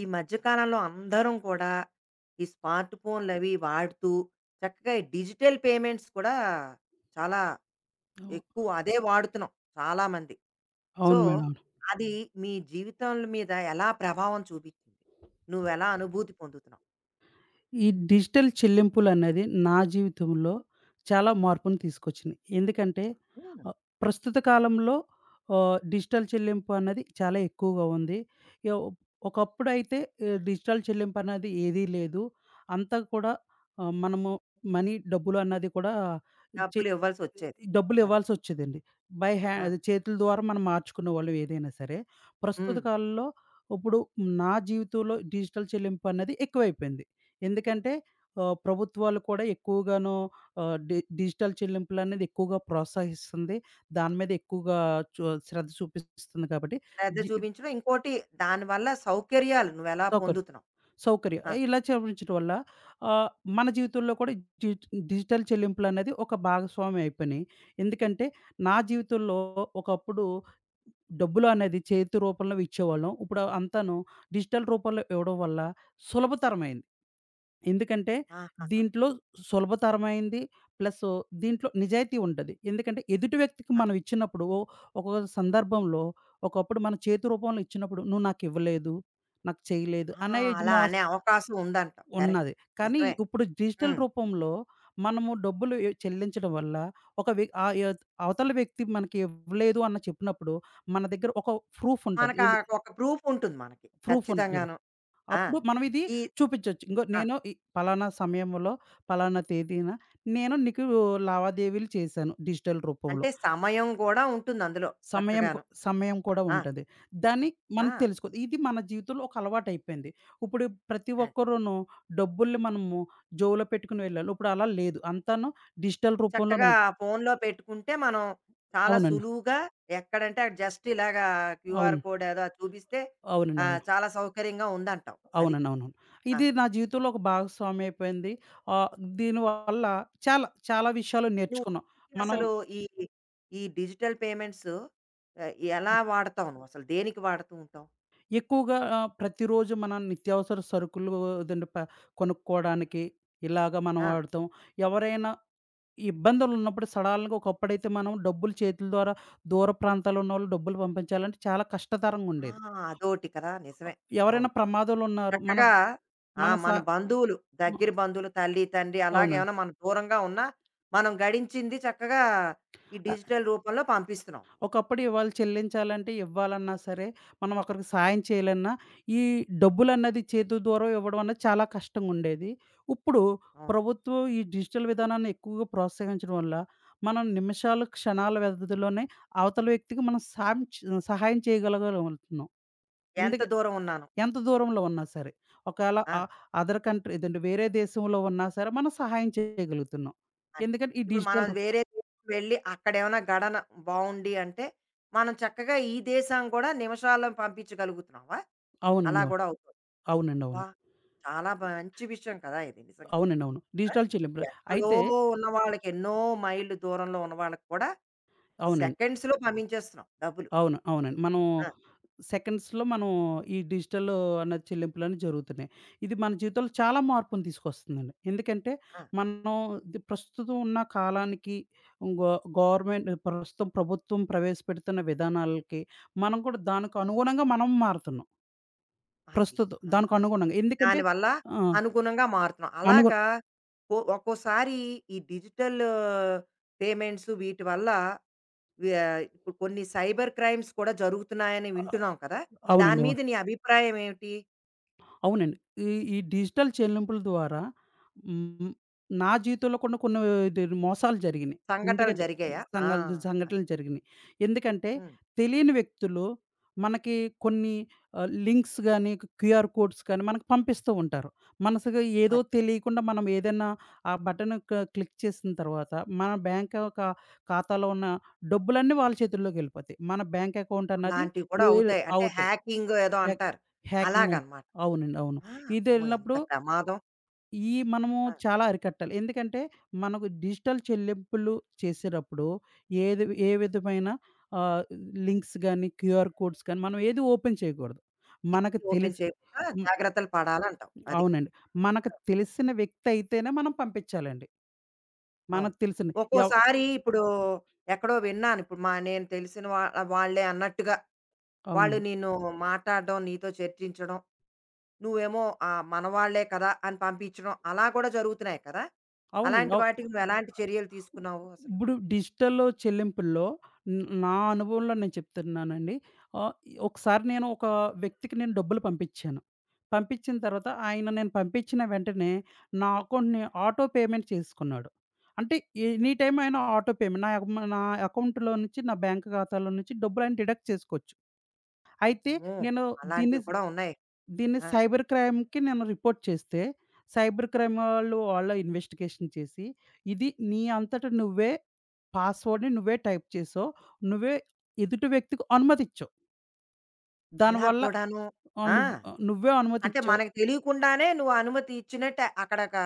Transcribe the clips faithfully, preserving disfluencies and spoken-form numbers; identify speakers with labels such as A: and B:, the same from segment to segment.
A: ఈ మధ్య కాలంలో అందరం కూడా ఈ స్మార్ట్ ఫోన్లు అవి వాడుతూ చక్కగా ఈ డిజిటల్ పేమెంట్స్ కూడా చాలా
B: అవు
A: ఎక్కువ అదే వాడుతున్నాం చాలా మంది. సో,
B: అవును మేడం. అవును.
A: అది మీ జీవితాల మీద ఎలా ప్రభావం చూపించింది? నువ్వెలా అనుభూతి పొందుతున్నావు?
B: ఈ డిజిటల్ చెల్లింపులనేది నా జీవితంలో చాలా మార్పుని తీసుకొచ్చింది. ఎందుకంటే
A: హ్మ్.
B: ఆహ్, ప్రస్తుత కాలంలో ఆహ్, డిజిటల్ చెల్లింపు అన్నది చాలా ఎక్కువగా ఉంది. యో ఒకప్పుడైతే ఆహ్, డిజిటల్ చెల్లింపనేది ఏదీ లేదు. అంతా కూడా ఆహ్, మనము మనీ, డబ్బులు అన్నది కూడా చె
A: డబ్బులు ఇవ్వాల్సొచ్చేది.
B: డబ్బులు
A: అది.
B: ఇవ్వాల్సి వచ్చేదండి. బై హ్యా
A: ఆ!
B: అది చేతుల ద్వారా మనం మార్చుకునేవాళ్ళం ఏదైనా సరే. ప్రస్తుత
A: హ్మ్.
B: కాలంలో ఇప్పుడు నా జీవితంలో డిజిటల్ చెల్లింపు అన్నది ఎక్కువైపోయింది. ఎందుకంటే ఆహ్, ప్రభుత్వాలు కూడా ఎక్కువగాను ఆహ్, డి డిజిటల్ చెల్లింపులనేది ఎక్కువగా ప్రోత్సహిస్తుంది. దాని మీద ఎక్కువగా చొ శ్రద్ధ చూపిస్తుంది కాబట్టి
A: శ్రద్ధ
B: జి
A: చూపించడం. ఇంకోటి దానివల్ల సౌకర్యాలు నువ్వెలా
B: ఒక
A: పొందుతున్నావు?
B: సౌకర్యం.
A: ఆ!
B: ఏ ఇలా చూపించడం వల్ల ఆహ్, మన జీవితంలో కూడా డి డిజిటల్ చెల్లింపులనేది ఒక భాగస్వామ్యం అయిపోయినాయి. ఎందుకంటే నా జీవితంలో ఒకప్పుడు డబ్బులు అనేది చేతి రూపంలో ఇచ్చేవాళ్ళం. ఇప్పుడు అంతాను డిజిటల్ రూపంలో ఇవ్వడం వల్ల సులభతరమైంది. ఎందుకంటే
A: ఆహాహాహా!
B: దీంట్లో సులభతరమైంది. ప్లస్ దీంట్లో నిజాయితీ ఉంటది. ఎందుకంటే ఎదుటి వ్యక్తికి మనం ఇచ్చినప్పుడు ఒక్కొక్క సందర్భంలో ఒకప్పుడు మన చేతి రూపంలో ఇచ్చినప్పుడు "నువ్వు నాకివ్వలేదు. నాకు చేయలేదు"
A: ఆ!
B: అనే యజ్
A: అలా
B: మోస్
A: అనే అవకాశం ఉందంటావు. కరెక్ట్.
B: ఉన్నది. కానీ
A: నిజమే.
B: ఇప్పుడు డిజిటల్
A: హ్మ్.
B: రూపంలో మనము డబ్బులు ఎ చెల్లించడం వల్ల ఒక వ్య ఆ యత్ అవతల వ్యక్తి మనకి ఇవ్వలేదు అని చెప్పినప్పుడు మన దగ్గర ఒక ప్రూఫ్ ఉంటది.
A: మనకా
B: ఏంటి
A: ఒక ప్రూఫ్ ఉంటుంది మనకి.
B: ప్రూఫ్ ఉంటది.
A: ఖచ్చితంగాను. ఆ!
B: అప్పుడు మనం ఇది
A: ఈ
B: చూపించొచ్చు. ఇంగో
A: ఆ!
B: నేను ఈ పలానా సమయంలో, పలానా తేదీన నేను నీకు లావాదేవీలు చేశాను డిజిటల్ రూపంలో.
A: అంటే సమయం గూడా ఉంటుంది అందులో
B: సమయం కు
A: చక్కగాను.
B: సమయం కూడా
A: ఆ!
B: ఉంటది. దాన్ని మనం
A: ఆ!
B: తెలుసుకో ఇది మన జీవితంలో ఒక అలవాటయిపోయింది. ఇప్పుడు ప్రతి
A: అది.
B: ఒక్కరూను డబ్బుల్ని మనము జోబులో పెట్టుకుని వెళ్ళాలి. ఇప్పుడు అలా లేదు. అంతాను డిజిటల్
A: చక్కగా
B: రూపంలోను
A: ఆ ఫోన్‌లో పెట్టుకుంటే మనం చాలా
B: అవునండి.
A: సులువుగా ఎక్కడంటే అక్కడ జస్ట్ ఇలాగా క్యూఆర్
B: అవును.
A: కోడ్ ఏదో అది చూపిస్తే
B: అవునండి.
A: ఆహ్,
B: అవును.
A: చాలా సౌకర్యంగా ఉందంటావు. అది.
B: అవునండి. అవునవును.
A: ఆ!
B: ఇది నా జీవితంలో ఒక భాగస్వామ్యం అయిపోయింది. ఆహ్, దీనివల్ల చాలా, చాలా విషయాలు
A: నువ్వు
B: నేర్చుకున్నాం.
A: ఇంటికి
B: మనం
A: అసలు ఈ, ఈ డిజిటల్ పేమెంట్స్ ఆహ్, ఎలా వాడతావు నువ్వసలు? దేనికి వాడుతూ ఉంటావు?
B: ఎక్కువగా ఆహ్, ప్రతిరోజు మన నిత్యావసర సరుకులు అదండి ప కొనుక్కోవడానికి ఇలాగ మనం
A: ఆ!
B: వాడతాం. ఎవరైనా ఇబ్బందులున్నప్పుడు సడన్‌గా ఒకప్పుడైతే మనం డబ్బులు చేతుల ద్వారా దూర ప్రాంతాల్లో ఉన్నోళ్ళు డబ్బులు పంపించాలంటే చాలా కష్టతరంగా
A: ఆ!
B: ఉండేది.
A: అదోటి కదా! నిజమే.
B: ఎవరైనా
A: అవును.
B: ప్రమాదాలున్నారు మన
A: చక్కగా ఆ!
B: మన స
A: మన బంధువులు,
B: హ్మ్.
A: దగ్గర బంధువులు, తల్లి, తండ్రి
B: అవునండి.
A: అలాగేమైనా మనం దూరంగా ఉన్నా, మనం గడించింది చక్కగా ఈ
B: ఆహ్,
A: డిజిటల్ రూపంలో పంపిస్తున్నావు నువ్వు.
B: ఒకప్పుడు ఇవాళ చెల్లించాలంటే ఇవ్వాలన్నా సరే, మనం ఒకరికి సాయం చేయాలన్నా, ఈ డబ్బులన్నది చేతుల ద్వారా ఇవ్వడం అన్నది చాలా కష్టంగుండేది. ఇప్పుడు
A: అవును.
B: ప్రభుత్వం ఈ డిజిటల్ విధానాన్ని ఎక్కువగా ప్రోత్సహించడం వల్ల, మనం నిమిషాలు, క్షణాల వ్యవధిలోనే అవతల వ్యక్తికి మనం సాయం చ్ సహాయం చేయగలగలుగుతున్నాం.
A: ఎంత
B: ఇందుకే
A: దూరం ఉన్నాను.
B: ఎంత దూరంలో ఉన్నా సరే. ఒకేళ
A: ఆ!
B: అ అదర్ కంట్రీ ఇదండి వేరే దేశంలో ఉన్నా సరే మనం సహాయం చేయగలుగుతున్నాం.
A: అంతే.
B: ఎందుకంటే ఈ
A: ఇప్పుడు మనం
B: డిజిటల్ రు
A: వేరే దేశం వెళ్ళి అక్కడేమైనా గడన బావుండి అంటే, మనం చక్కగా ఈ దేశం కూడా నిమిషాల్లో పంపించగలుగుతున్నావా? అలా
B: అవునండి. అవును.
A: కూడా అవుతుంది.
B: అవునండి.
A: అబ్బా!
B: అవును.
A: చాలా మంచి విషయం కదా ఇది నిజంగా.
B: అవునండి. అవును.
A: ఆ!
B: డిజిటల్ చెల్లింపులు.
A: ఎక్కడో
B: అయితే
A: ఉన్న వాళ్ళకి ఎన్నో మైళ్ళు దూరంలో ఉన్న వాళ్ళకి కూడా
B: అవునండి.
A: సెకండ్స్‌లో పంపించేస్తున్నాం డబ్బులు.
B: అవును. అవునండి. మనం
A: ఆ!
B: సెకండ్స్‌లో మనం ఈ డిజిటల్ అన్న చెల్లింపులనేవి జరుగుతున్నాయి. ఇది మన జీవితంలో చాలా మార్పుని తీసుకొస్తుందండి. ఎందుకంటే
A: ఆ!
B: మనం ది ప్రస్తుతం ఉన్న కాలానికి గో గవర్నమెంట్ ప్రస్తుతం ప్రభుత్వం ప్రవేశపెడుతున్న విధానాలకి మనం కూడా దానికి అనుగుణంగా మనం మారుతున్నాం.
A: అది.
B: ప్రస్తుతం
A: ఆ!
B: దానికి అనుగుణంగా. ఎందుకంటే
A: దానివల్ల
B: ఆ!
A: అనుగుణంగా మారుతున్నాం.
B: అనుగు
A: అలాగా ఒ ఒక్కోసారి ఈ డిజిటల్ పేమెంట్స్ వీటి వల్ల వ్యా ఇప్పుడు కొన్ని సైబర్ క్రైమ్స్ కూడా జరుగుతున్నాయని వింటున్నాం కదా! దాని
B: అవునండి. అవును.
A: మీద నీ అభిప్రాయం ఏమిటి?
B: అవునండి. ఈ ఈ డిజిటల్ చెల్లింపుల ద్వారా హ్మ్. నా జీవితంలో కొన్ని కొన్ని ఇది మోసాలు జరిగినియి.
A: సంఘటనలు
B: ఎందుకంటే
A: జరిగాయా? ఆ!
B: సంఘాల్
A: అది.
B: సంఘటనలు జరిగినియి. ఎందుకంటే
A: హ్మ్.
B: తెలియని వ్యక్తులు మనకి కొన్ని ఆహ్, లింక్స్ గాని, క్యూఆర్ కోడ్స్ కానీ మనకు పంపిస్తూ ఉంటారు. మనసుగా ఏదో
A: అది.
B: తెలియకుండా మనం ఏదైనా ఆ బటన్ క క్లిక్ చేసిన తర్వాత మన బ్యాంక్ ఖా ఖాతాలో ఉన్న డబ్బులన్నీ వాళ్ళ చేతుల్లోకెళ్ళిపోతాయి. మన బ్యాంక్ అకౌంట్ అన్నది
A: అలాంటివి కూడా
B: వేరు
A: అవుతాయి. అంటే
B: అవుతాయి.
A: హ్యాకింగ్ ఏదో
B: హ్యాక్
A: అంటారు.
B: హ్యాకింగ్ అన్
A: అలాగనమాట.
B: అవునండి. అవును.
A: ఆ! అమ్మో! ఎంత
B: ఇదెళ్ళినప్పుడు
A: ప్రమాదం.
B: ఈ మనము
A: ఆ!
B: చాలా అరికట్టాలి. ఎందుకంటే, మనకు డిజిటల్ చెల్లింపులు చేసేటప్పుడు ఏది ఏ విధమైన ఆహ్, లింక్స్ గాని, క్యూఆర్ కోడ్స్ కానీ మనం ఏది ఓపెన్ చేయకూడదు.
A: ఏది
B: మనకు
A: ఓపెన్
B: తెలిసి
A: చేయకుండా
B: హ్మ్.
A: జాగ్రత్తలు పడాలంటావు. అది.
B: అవునండి. మనకు తెలిసిన వ్యక్తి అయితేనే మనం పంపించాలండి.
A: అవును.
B: మనకు తెలిసిన ఎవ్
A: ఒక్కోసారి ఇప్పుడు ఎక్కడో విన్నాను. ఇప్పుడు మా నేను తెలిసిన వా వాళ్ళే అన్నట్టుగా వాళ్ళు
B: అవునండి.
A: నిన్ను మాట్లాడడం, నీతో చర్చించడం, నువ్వేమో ఆహ్, మనవాళ్ళే కదా! అని పంపించడం అలా కూడా జరుగుతున్నాయి కదా!
B: అవునండి.
A: అలాంటి
B: అవు
A: వాటికి నువ్వు ఎలాంటి చర్యలు తీసుకున్నావు అసలు?
B: ఇప్పుడు డిజిటల్‌లో చెల్లింపుల్లో న్ నా అనుభవంలో నేను చెప్తున్నానండి. ఆహ్, ఒకసారి నేను ఒక వ్యక్తికి నేను డబ్బులు పంపించాను. పంపించిన తర్వాత ఆయన నేను పంపించిన వెంటనే నా అకౌంట్‌ని ఆటో పేమెంట్ చేసుకున్నాడు. అంటే ఎనీ టైమ్ ఆయన ఆటో పేమెంట్ నా అకౌ నా అకౌంట్‌లో నుంచి నా బ్యాంక్ ఖాతాలో నుంచి డబ్బులు ఆయన డిడక్ట్ చేసుకోవచ్చు. అయితే
A: అమ్మో!
B: నేను దీన్ని
A: అలాంటివి కూడా ఉన్నాయి.
B: దీన్ని
A: ఆ!
B: సైబర్ క్రైమ్‌కి నేను రిపోర్ట్ చేస్తే, సైబర్ క్రైమ్ వాళ్ళు, వాళ్ళు ఇన్వెస్టిగేషన్ చేసి, ఇది నీ అంతట నువ్వే పాస్వర్డ్‌ని నువ్వే టైప్ చేసావు. నువ్వే ఎదుటి వ్యక్తికి అనుమతిచ్చావు.
A: అలా
B: దానివల్ల
A: కూడాను.
B: ఆహ్,
A: ఆ!
B: నువ్వు ఆహ్, నువ్వే
A: అంటే
B: అనుమతిచ్చావు
A: మనకు తెలియకుండానే నువ్వు అనుమతి ఇచ్చినట్టే అక్కడక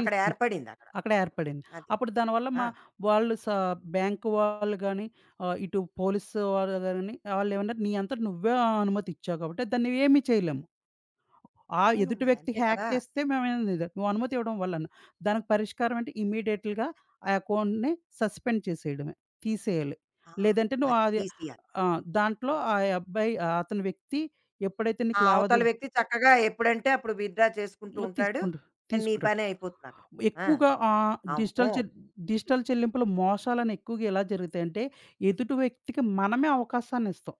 A: అక్కడ ఏర్పడిందక్కడ.
B: అక్కడ ఏర్పడింది.
A: అది.
B: అప్పుడు దానివల్ల
A: ఆ!
B: మా వాళ్ళు స బ్యాంక్ వాళ్ళు గాని, ఆహ్, ఇటు పోలీసు వాళ్ళు గాని, వాళ్ళేమన్నారు నీ అంతట నువ్వే అనుమతిచ్చావు కాబట్టి దాన్ని ఏమి చేయలేము. ఆ
A: అవును.
B: ఎదుటి
A: మరి
B: వ్యక్తి
A: అంతే
B: హ్యాక్
A: కదా!
B: చేస్తే మేమేమి ఇది నువ్వు అనుమతి ఇవ్వడం వల్లన. దానికి పరిష్కారం అంటే ఇమ్మీడియేట్‌గా ఆ అకౌంట్‌ని సస్పెండ్ చేసేయడమే. తీసేయాలి.
A: ఆ!
B: లేదంటే నువ్వు
A: అది.
B: అది
A: తీసియాలి.
B: ఆ! దాంట్లో ఆ అబ్బాయి ఆహ్, అతని వ్యక్తి ఎప్పుడైతే
A: ఆ
B: నీకు
A: అవతల
B: లావాదేవీ
A: వ్యక్తి చక్కగా ఎప్పుడంటే అప్పుడు విత్‌డ్రా చేసుకుంటూ ఉంటాడు.
B: తీసుకుంటా
A: నీ
B: తీసుకుంటాడు.
A: పనే అయిపోతుందక్కడ. ఆ!
B: ఎక్కువగా ఆహ్,
A: అమ్మో!
B: డిజిటల్ చె డిజిటల్ చెల్లింపులు మోసాలని ఎక్కువగా ఎలా జరుగుతాయంటే, ఎదుటి వ్యక్తికి మనమే అవకాశాన్నిస్తాం.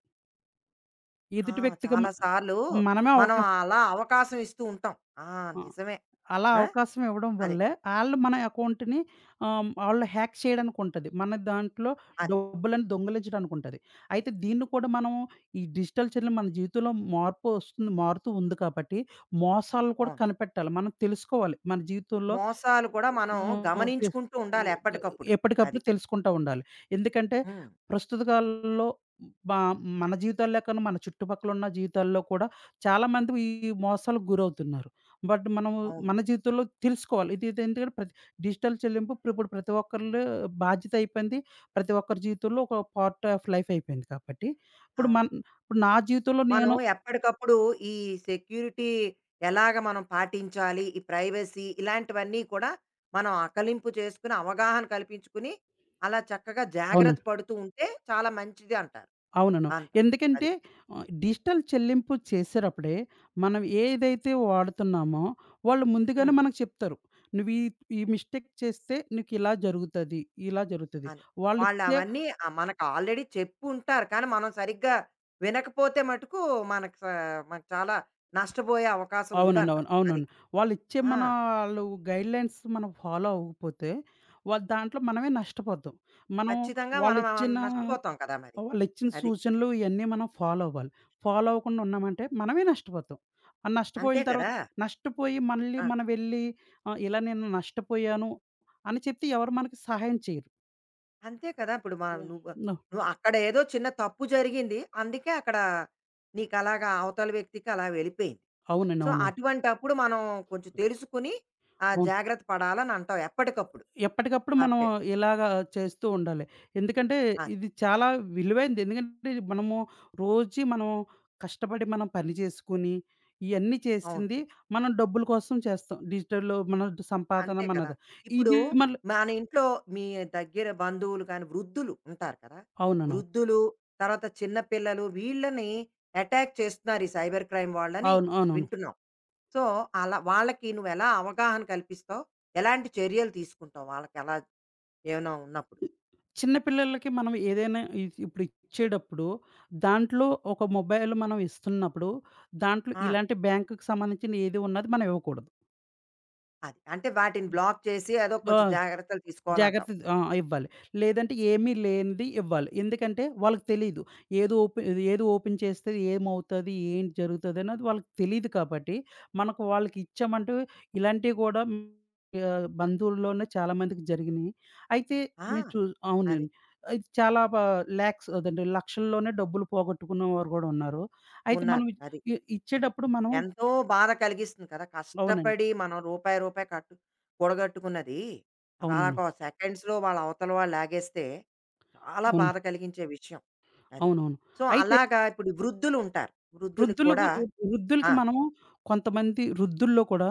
A: ఆ!
B: ఎదుటి వ్యక్తికి మ
A: చాలా సార్లు
B: మనమే
A: మనం
B: అవకాశం
A: అలా అవకాశం ఇస్తూ ఉంటాం. ఆ!
B: ఆ!
A: నిజమే.
B: అలా
A: ఆ!
B: అవకాశం ఇవ్వడం
A: అదే.
B: వల్లే ఆళ్ళు మన అకౌంట్‌ని ఆహ్, ఆళ్ళు హ్యాక్ చేయడానికుంటది. మన దాంట్లో
A: అదే.
B: డబ్బులను దొంగిలించడానికుంటది. అయితే దీన్ని కూడా మనం ఈ డిజిటల్ చెల్లింపు మన జీవితంలో మార్పు వస్తుంది మారుతూ ఉంది కాబట్టి, మోసాలను కూడా
A: అవును.
B: కనిపెట్టాలి. మనం తెలుసుకోవాలి. మన జీవితంలో
A: మోసాలు కూడా మనం
B: ఆహ్, తెస్
A: గమనించుకుంటూ ఉండాలి
B: గ
A: ఎప్పటికప్పుడు.
B: ఎప్పటికప్పుడు
A: అది.
B: తెలుసుకుంటా ఉండాలి. ఎందుకంటే
A: హ్మ్.
B: ప్రస్తుత కాలంలో బా మన జీవితాల్లో కన్నా మన చుట్టుపక్కల ఉన్న జీవితాల్లో కూడా చాలామంది ఈ మోసాలకు గురవుతున్నారు. బట్ మనము
A: అవును.
B: మన జీవితంలో తెలుసుకోవాలి. ఇది ఇది ఎందుకంటే ప్రతి డిజిటల్ చెల్లింపు ఇప్పుడు ఇప్పుడు ప్రతి ఒక్కళ్ళు బాధ్యత అయిపోయింది. ప్రతి ఒక్కరి జీవితంలో ఒక పార్ట్ ఆఫ్ లైఫ్ అయిపోయింది కాబట్టి, ఇప్పుడు
A: అవును.
B: మన్ ఇప్పుడు నా జీవితంలో
A: మనం
B: నేను
A: ఎప్పటికప్పుడు ఈ సెక్యూరిటీ ఎలాగ మనం పాటించాలి, ఈ ప్రైవసీ ఇలాంటివన్నీ కూడా మనం ఆకలింపు చేసుకుని, అవగాహన కల్పించుకుని, అలా చక్కగా జాగ్రత్త
B: అవునండి.
A: పడుతూ ఉంటే చాలా మంచిది అంటారు.
B: అవునను.
A: అంటావు. అది.
B: ఎందుకంటే ఆహ్, డిజిటల్ చెల్లింపు చేసేటప్పుడే మనం ఏదైతే వాడుతున్నామో వాళ్ళు ముందుగానే
A: హ్మ్.
B: మనకు చెప్తారు. నువ్వు ఈ ఈ మిస్టేక్ చేస్తే నీకిలా జరుగుతది. ఇలా జరుగుతది.
A: అని.
B: వాళ్ళిచ్చే
A: వాళ్ళవన్నీ ఆహ్, మనకు ఆల్రెడీ చెప్పుంటారు. కానీ మనం సరిగ్గా వినకపోతే మటుకు మనకు స మనకు చాలా నష్టపోయే అవకాశం
B: అవునండి. అవును.
A: ఉందంటావు. అది.
B: అవునండి. వాళ్ళిచ్చే
A: ఆ!
B: మన ఆళ్ళు గైడ్‌లైన్స్ మనం ఫాలో అవ్వకపోతే, వాళ్ళు దాంట్లో మనమే నష్టపోతాం. మనం
A: ఖచ్చితంగా మనం ఆహ్,
B: వాళ్ళిచ్చిన
A: నష్టపోతాం కదా మరి.
B: వాళ్ళిచ్చిన
A: అది.
B: సూచనలు ఇయన్నీ మనం ఫాలో అవ్వాలి. ఫాలో అవ్వకుండా ఉన్నామంటే మనమే నష్టపోతాం. ఆ
A: అంతే
B: నష్టపోయిన తర్వాత
A: కదా!
B: నష్టపోయి మళ్ళీ మనం వెళ్ళి ఆహ్, ఇలా నేను నష్టపోయాను అని చెప్తే ఎవరు మనకి సహాయం చేయరు.
A: అంతే కదా! ఇప్పుడు మా నువ్వు
B: యాహ్!
A: నువ్వు అక్కడ ఏదో చిన్న తప్పు జరిగింది. అందుకే అక్కడ నీకలాగా అవతల వ్యక్తికి అలా వెళ్ళిపోయింది.
B: అవునండి.
A: సో,
B: అవును.
A: అటువంటప్పుడు మనం కొంచెం తెలుసుకొని ఆ!
B: అవును.
A: జాగ్రత్త పడాలని అంటావు ఎప్పటికప్పుడు.
B: ఎప్పటికప్పుడు మనం
A: అప్డే
B: ఇలాగా చేస్తూ ఉండాలి. ఎందుకంటే
A: అదే.
B: ఇది చాలా విలువైనది. ఎందుకంటే ఇది మనము రోజు మనం కష్టపడి మనం పని చేసుకొని, ఇయన్నీ
A: అవును.
B: చేసింది మనం డబ్బుల కోసం చేస్తాం. డిజిటల్‌లో మన సంపాదన
A: అంతే కదా!
B: మనది.
A: ఇప్పుడు
B: ఇది మళ్ళీ
A: మన ఇంట్లో మీ దగ్గర బంధువులు కానీ, వృద్ధులు ఉంటారు కదా!
B: అవునవును.
A: వృద్ధులు, తర్వాత చిన్న పిల్లలు వీళ్ళని అటాక్ చేస్తున్నారు ఈ సైబర్ క్రైమ్ వాళ్ళని
B: అవును. అవునవును.
A: వింటున్నాం. సో, అలా వాళ్ళకి నువ్వెలా అవగాహన కల్పిస్తావు? ఎలాంటి చర్యలు తీసుకుంటావు వాళ్ళకి అలా ఏమైనా ఉన్నప్పుడు?
B: చిన్న పిల్లలకి మనం ఏదైనా ఇ ఇప్పుడు ఇచ్చేటప్పుడు దాంట్లో ఒక మొబైల్ మనం ఇస్తున్నప్పుడు దాంట్లో
A: ఆ!
B: ఇలాంటి బ్యాంకుకి సంబంధించిన ఏది ఉన్నది మనం ఇవ్వకూడదు.
A: అది. అంటే వాటిని బ్లాక్ చేసి ఏదో
B: ఆ!
A: కొంచెం జాగ్రత్తలు తీసుకోవాలంటావు.
B: జాగ్రత్త ఆ! ఇవ్వాలి. లేదంటే ఏమీ లేనిది ఇవ్వాలి. ఎందుకంటే వాళ్ళకి తెలీదు. ఏది ఓపె ఏది ఓపెన్ చేస్తే ఏమవుతది? ఏంటి జరుగుతది? అన్నది వాళ్ళకి తెలీదు కాబట్టి, మనకు వాళ్ళకి ఇచ్చామంటే ఇలాంటివి కూడా ఆహ్, బంధువుల్లోనే చాలామందికి జరిగినియి. అయితే
A: ఆ!
B: నేను చూ
A: అది.
B: అవునండి. అయితే చాలా బా లాక్స్ అదండి లక్షల్లోనే డబ్బులు పోగొట్టుకున్నవారు కూడా ఉన్నారు. అయితే మనం
A: ఉన్నారు. అది.
B: ఇ ఇచ్చేటప్పుడు మనం
A: ఎంతో బాధ కలిగిస్తుంది కదా!
B: అవునండి.
A: కష్టపడి మనం రూపాయి, రూపాయి కట్టు కూడగట్టుకున్నది
B: అవునండి.
A: అలాగ సెకండ్స్‌లో వాళ్ళ అవతల వాళ్ళు లాగేస్తే చాలా
B: అవును.
A: బాధ కలిగించే విషయం. అది.
B: అవునవును.
A: సో,
B: అయితే
A: అలాగా ఇప్పుడు వృద్ధులుంటారు. వృద్ధులకు
B: వృద్ధులకు
A: కూడా ఆ!
B: వృద్ధులకి మనము కొంతమంది వృద్ధుల్లో కూడా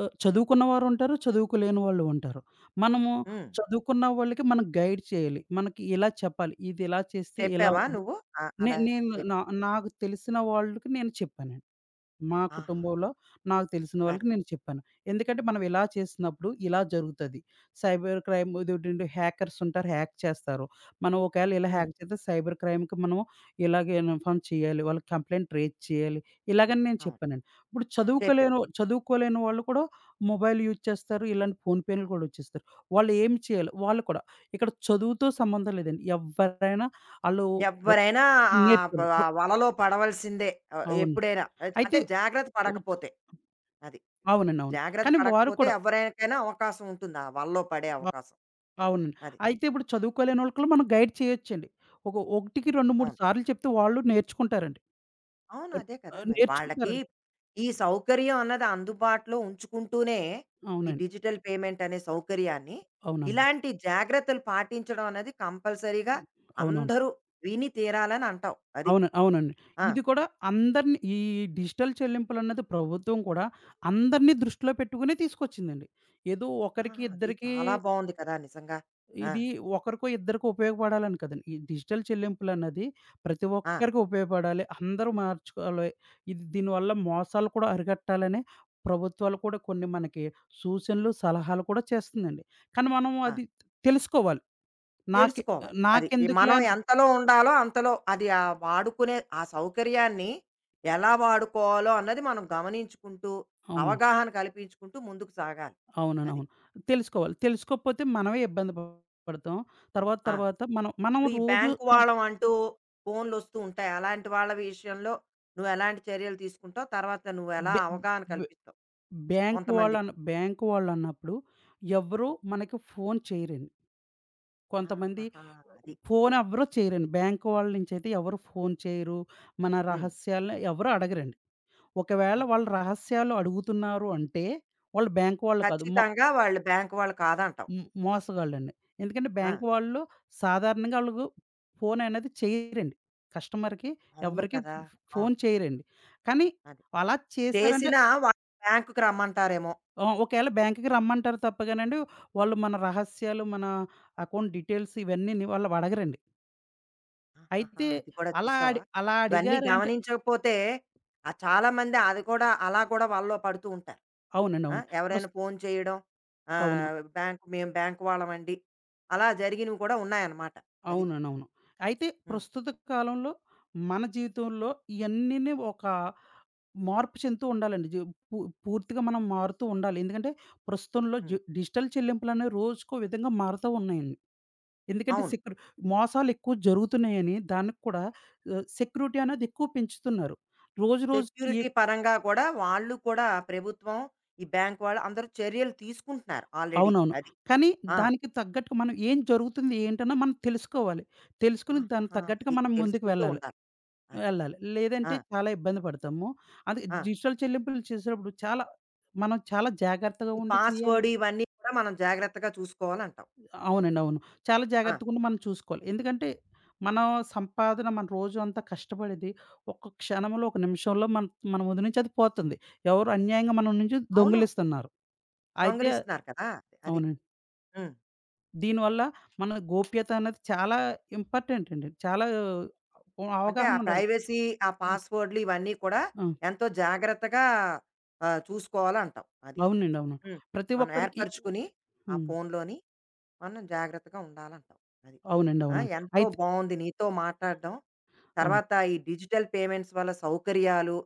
B: ఆహ్, చదువుకున్న వారుంటారు, చదువుకోలేని వాళ్ళు ఉంటారు. మనము
A: హ్మ్.
B: చదువుకున్న వాళ్ళకి మనం గైడ్ చేయాలి. మనకి ఇలా చెప్పాలి. ఇది ఇలా చేస్తే ఇలా
A: చెప్పావా
B: అవుతుంది.
A: నువ్వు? ఆ!
B: నే
A: అలా
B: నేను
A: చెప్
B: నా నాకు తెలిసిన వాళ్ళకి నేను చెప్పానండి. మా
A: ఆహాహా!
B: కుటుంబంలో నాకు తెలిసిన
A: అది.
B: వాళ్ళకి నేను చెప్పాను. ఎందుకంటే మనం ఇలా చేసినప్పుడు ఇలా జరుగుతది. సైబర్ క్రైమ్ ఇదేంటంటే హ్యాకర్స్ ఉంటారు. హ్యాక్ చేస్తారు. మనం ఒకవేళ ఇలా
A: హ్మ్.
B: హ్యాక్ చేస్తే సైబర్ క్రైమ్‌కి మనం ఇలాగే ఇన్ఫార్మ్ చేయాలి. వాళ్ళకి కంప్లెయింట్ రేజ్ చేయాలి. ఇలాగని నేను
A: అవును.
B: చెప్పానండి. ఇప్పుడు
A: చెప్పావు.
B: చదువుకోలేని చదువుకోలేని వాళ్ళు కూడా మొబైల్ యూజ్ చేస్తారు. ఇలాంటి ఫోన్ పేలు కూడా వచ్చేస్తారు. వాళ్ళు ఏం చేయాలి? వాళ్ళు కూడా ఇక్కడ చదువుతో సంబంధం లేదండి. ఎవ్వరైనా ఆళ్ళు రో
A: ఎవ్వరైనా ఆహ్, బ
B: నేర్చుకోవాలి. రో
A: వలలో పడవలసిందే. ఆహ్,
B: అవును.
A: ఎప్పుడైనా. అద్ అంటే
B: అయితే
A: జాగ్రత్త పడకపోతే. అది.
B: అవునండి. అవును.
A: జాగ్రత్త
B: కానీ వారు
A: పడకపోతే
B: కూడా
A: ఎవ్వరికైనా అవకాశం ఉంటుంది. ఆ వలలో పడే
B: వ
A: అవకాశం.
B: అవునండి.
A: అది.
B: అయితే ఇప్పుడు చదువుకోలేనోళ్ళకి కూడా మనం గైడ్ చేయొచ్చండి. ఒక ఒకటికి రెండు, మూడు
A: అవును.
B: సార్లు చెప్తే వాళ్ళు నేర్చుకుంటారండి.
A: అవును.
B: కొన్
A: అదే కదా!
B: ఆహ్,
A: మరి వాళ్ళకి
B: నేర్చుకుంటారండి.
A: ఈ సౌకర్యం అన్నది అందుబాటులో ఉంచుకుంటూనే, ఈ
B: అవునండి.
A: డిజిటల్ పేమెంట్ అనే సౌకర్యాన్ని,
B: అవునండి.
A: ఇలాంటి జాగ్రత్తలు పాటించడం అనేది కంపల్సరీగా
B: అవునవును.
A: అందరూ విని తీరాలని అంటావు. అది.
B: అవును. అవునండి.
A: ఆ!
B: ఇది కూడా అందరిని ఈ డిజిటల్ చెల్లింపులన్నది ప్రభుత్వం కూడా అందరిని దృష్టిలో పెట్టుకునే తీసుకొచ్చిందండి. ఏదో
A: ఆ!
B: ఒకరికి,
A: అది
B: ఇద్దరికీ
A: చాలా బావుంది కదా! నిజంగా. ఆ!
B: ఇది ఒకరికో ఇద్దరికో ఉపయోగపడాలని కదండి. ఈ డిజిటల్ చెల్లింపులన్నది ప్రతి
A: ఆ!
B: ఒక్కరికి ఉపయోగపడాలి. అందరూ మార్చుకోవాలి. ఇది దీనివల్ల మోసాలు కూడా అరికట్టాలని ప్రభుత్వాలు కూడా కొన్ని మనకి సూచనలు, సలహాలు కూడా చేస్తుందండి. కానీ మనం
A: ఆ!
B: అది తెలుసుకోవాలి. నాకే
A: తెలుసుకోవాలి. అది ఈ
B: నాకెందుకులే
A: మనం
B: అని
A: ఎంతలో ఉండాలో అంతలో అది ఆహ్, వాడుకునే ఆ సౌకర్యాన్ని ఎలా వాడుకోవాలో అన్నది మనం గమనించుకుంటూ,
B: అవును.
A: అవగాహన కల్పించుకుంటూ ముందుకు సాగాలి.
B: అవునండి.
A: అది.
B: అవును. తెలుసుకోవాలి. తెలుసుకోకపోతే మనమే ఇబ్బంది ప- పడతాం. తర్వాత
A: ఆ!
B: తర్వాత మనం మనం
A: ఇప్పుడు ఈ
B: రోజు
A: బ్యాంకు
B: సం
A: వాళ్ళం అంటూ ఫోన్‌లొస్తూ ఉంటాయి. అలాంటి వాళ్ళ విషయంలో నువ్వెలాంటి చర్యలు తీసుకుంటావు? తర్వాత నువ్వెలా
B: బె
A: అవగాహన
B: బె
A: కల్పిస్తావు
B: బ్యాంక్
A: కొంతమందికి?
B: వాళ్ళన బ్యాంక్ వాళ్ళన్నప్పుడు ఎవరు మనకి ఫోన్ చేయరండి. కొంతమంది
A: ఆహాహా! అది.
B: ఫోన్ ఎవ్వరు చేయరండి. బ్యాంక్ వాళ్ళ నుంచి అయితే ఎవరు ఫోన్ చేయరు. మన
A: హ్మ్.
B: రహస్యాలను ఎవరు అడగరండి. ఒకవేళ
A: అది.
B: వాళ్ళ రహస్యాలు అడుగుతున్నారు అంటే వాళ్ళు బ్యాంక్ వాళ్ళు కాదు. మో
A: ఖచ్చితంగా వాళ్ళు బ్యాంకు వాళ్ళు కాదంటావు.
B: హ్మ్. మోసగాళ్ళండి. ఎందుకంటే
A: ఆ!
B: బ్యాంక్ వాళ్ళు సాధారణంగా ఆళ్ళకు ఫోన్ అనేది చేయరండి. కస్టమర్‌కి
A: అవును
B: ఎవ్వరికీ
A: కదా!
B: ఫ్ ఫ్
A: అవును.
B: ఫోన్ చేయరండి. కానీ
A: అదే.
B: అలా చేశారంటే
A: చేసినా వాళ్ళు బ్యాంకుకి రమ్మంటారేమో.
B: ఆ! ఒకేళ బ్యాంక్‌కి రమ్మంటారు తప్పగానండి, వాళ్ళు మన రహస్యాలు, మన అకౌంట్ డీటెయిల్స్ ఇవన్నీని వాళ్ళు అడగరండి.
A: ఆహాహా!
B: అయితే
A: అది కూడా
B: అలా
A: చూసావా?
B: అడి అలా
A: ఇవన్నీ
B: అడిగారంటే
A: గమనించకపోతే ఆహ్, చాలామంది అది కూడా అలా కూడా వలలో పడుతూ ఉంటారు.
B: అవునండి.
A: ఆ!
B: అవును. ప్రస్
A: ఎవరైనా ఫోను చేయడం
B: అవును.
A: ఆహ్, బ్యాంక్ మేము బ్యాంక్ వాళ్ళమండి. అలా జరిగినవి కూడా ఉన్నాయన్నమాట. అది.
B: అవునండి. అవును. అయితే
A: హ్మ్.
B: ప్రస్తుత కాలంలో మన జీవితంలో ఇయన్నీని ఒక మార్పు చెందుతూ ఉండాలండి. జీ పూ పూర్తిగా మనం మారుతూ ఉండాలి. ఎందుకంటే ప్రస్తుతంలో జి
A: హ్మ్.
B: డిజిటల్ చెల్లింపులనేవి రోజుకో విధంగా మారుతూ ఉన్నాయండి. ఎందుకంటే
A: అవును.
B: సెక్యూ మోసాలెక్కువ జరుగుతున్నాయని దానికి కూడా ఆహ్, సెక్యూరిటీ అనేది ఎక్కువ పెంచుతున్నారు. రోజు రోజుకి
A: సెక్యూరిటీ
B: ఏ-
A: పరంగా కూడా వాళ్ళు కూడా ప్రభుత్వం, ఈ బ్యాంక్ వాళ్ళు అందరూ చర్యలు తీసుకుంటున్నారు ఆల్రెడీ.
B: అవునవును.
A: అది.
B: కానీ
A: ఆ!
B: దానికి తగ్గట్టుగా మనం ఏం జరుగుతుంది ఏంటన్నా మనం తెలుసుకోవాలి. తెలుసుకొని దానికి
A: ఆహాహా!
B: తగ్గట్టుగా
A: అది
B: మనం ముందుకు
A: తెలుసుకుంటూ
B: వెళ్ళాలి.
A: ఉండాలి. అది.
B: వెళ్ళాలి.
A: ఆ!
B: లేదంటే చాలా ఇబ్బంది పడతాము. అది
A: ఆ!
B: డిజిటల్ చెల్లింపులు చేసేటప్పుడు చాలా మనం చాలా జాగ్రత్తగా
A: ఈ
B: ఉండి చేయాలి.
A: పాస్‌వర్డ్ ఇవన్నీ కూడా మనం జాగ్రత్తగా చూసుకోవాలంటావు.
B: అవునండి. అవును. చాలా
A: ఆ!
B: జాగ్రత్తగుండి మనం చూసుకోవాలి. ఎందుకంటే, మన సంపాదన మన రోజంతా కష్టపడేది ఒక్క క్షణంలో, ఒక నిమిషంలో మన మన ముందు నుంచి అది పోతుంది. ఎవరు అన్యాయంగా మన నుంచి
A: అవును.
B: దొంగిలిస్తున్నారు. అయితే
A: దొంగిలిస్తున్నారు కదా! అది.
B: అవునండి.
A: హ్మ్.
B: దీనివల్ల మన గోప్యత అనేది చాలా ఇంపార్టెంట్ అండి. చాలా ఆ,
A: అంటే ఆ
B: అవగాహన ఉండాలి.
A: ప్రైవసీ, ఆ
B: ఆ!
A: పాస్‌వర్డ్‌లు ఇవన్నీ కూడా
B: ఆ!
A: ఎంతో జాగ్రత్తగా ఆహ్, చూసుకోవాలంటావు. అది.
B: అవునండి. అవును.
A: హ్మ్.
B: ప్రతి
A: మనం
B: ఒక్కరికి
A: ఏర్పరుచుకుని ఆ
B: హ్మ్.
A: ఫోన్‌లోని మనం జాగ్రత్తగా ఉండాలంటావు. అది.
B: అవునండి.
A: ఆ!
B: అవునండి.
A: ఎంతో
B: అయితే
A: బావుంది నీతో మాట్లాడడం.
B: అవును.
A: తర్వాత ఈ డిజిటల్ పేమెంట్స్ వల్ల సౌకర్యాలు,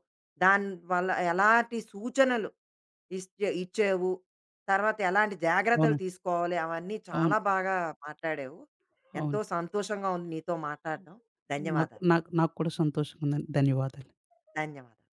A: దాని వల్ల ఎలాంటి సూచనలు ఇస్చే ఇచ్చావు. తర్వాత ఎలాంటి జాగ్రత్తలు
B: అవునండి.
A: తీసుకోవాలి, అవన్నీ
B: అవును.
A: చాలా బాగా మాట్లాడావు. ఎంతో
B: అవును.
A: సంతోషంగా ఉంది నీతో మాట్లాడడం.
B: నాకు
A: ధన్యవాదాలు.
B: నాకు నాకు కూడా సంతోషంగా ఉందండి. ధన్యవాదాలు.
A: ధన్యవాదాలు.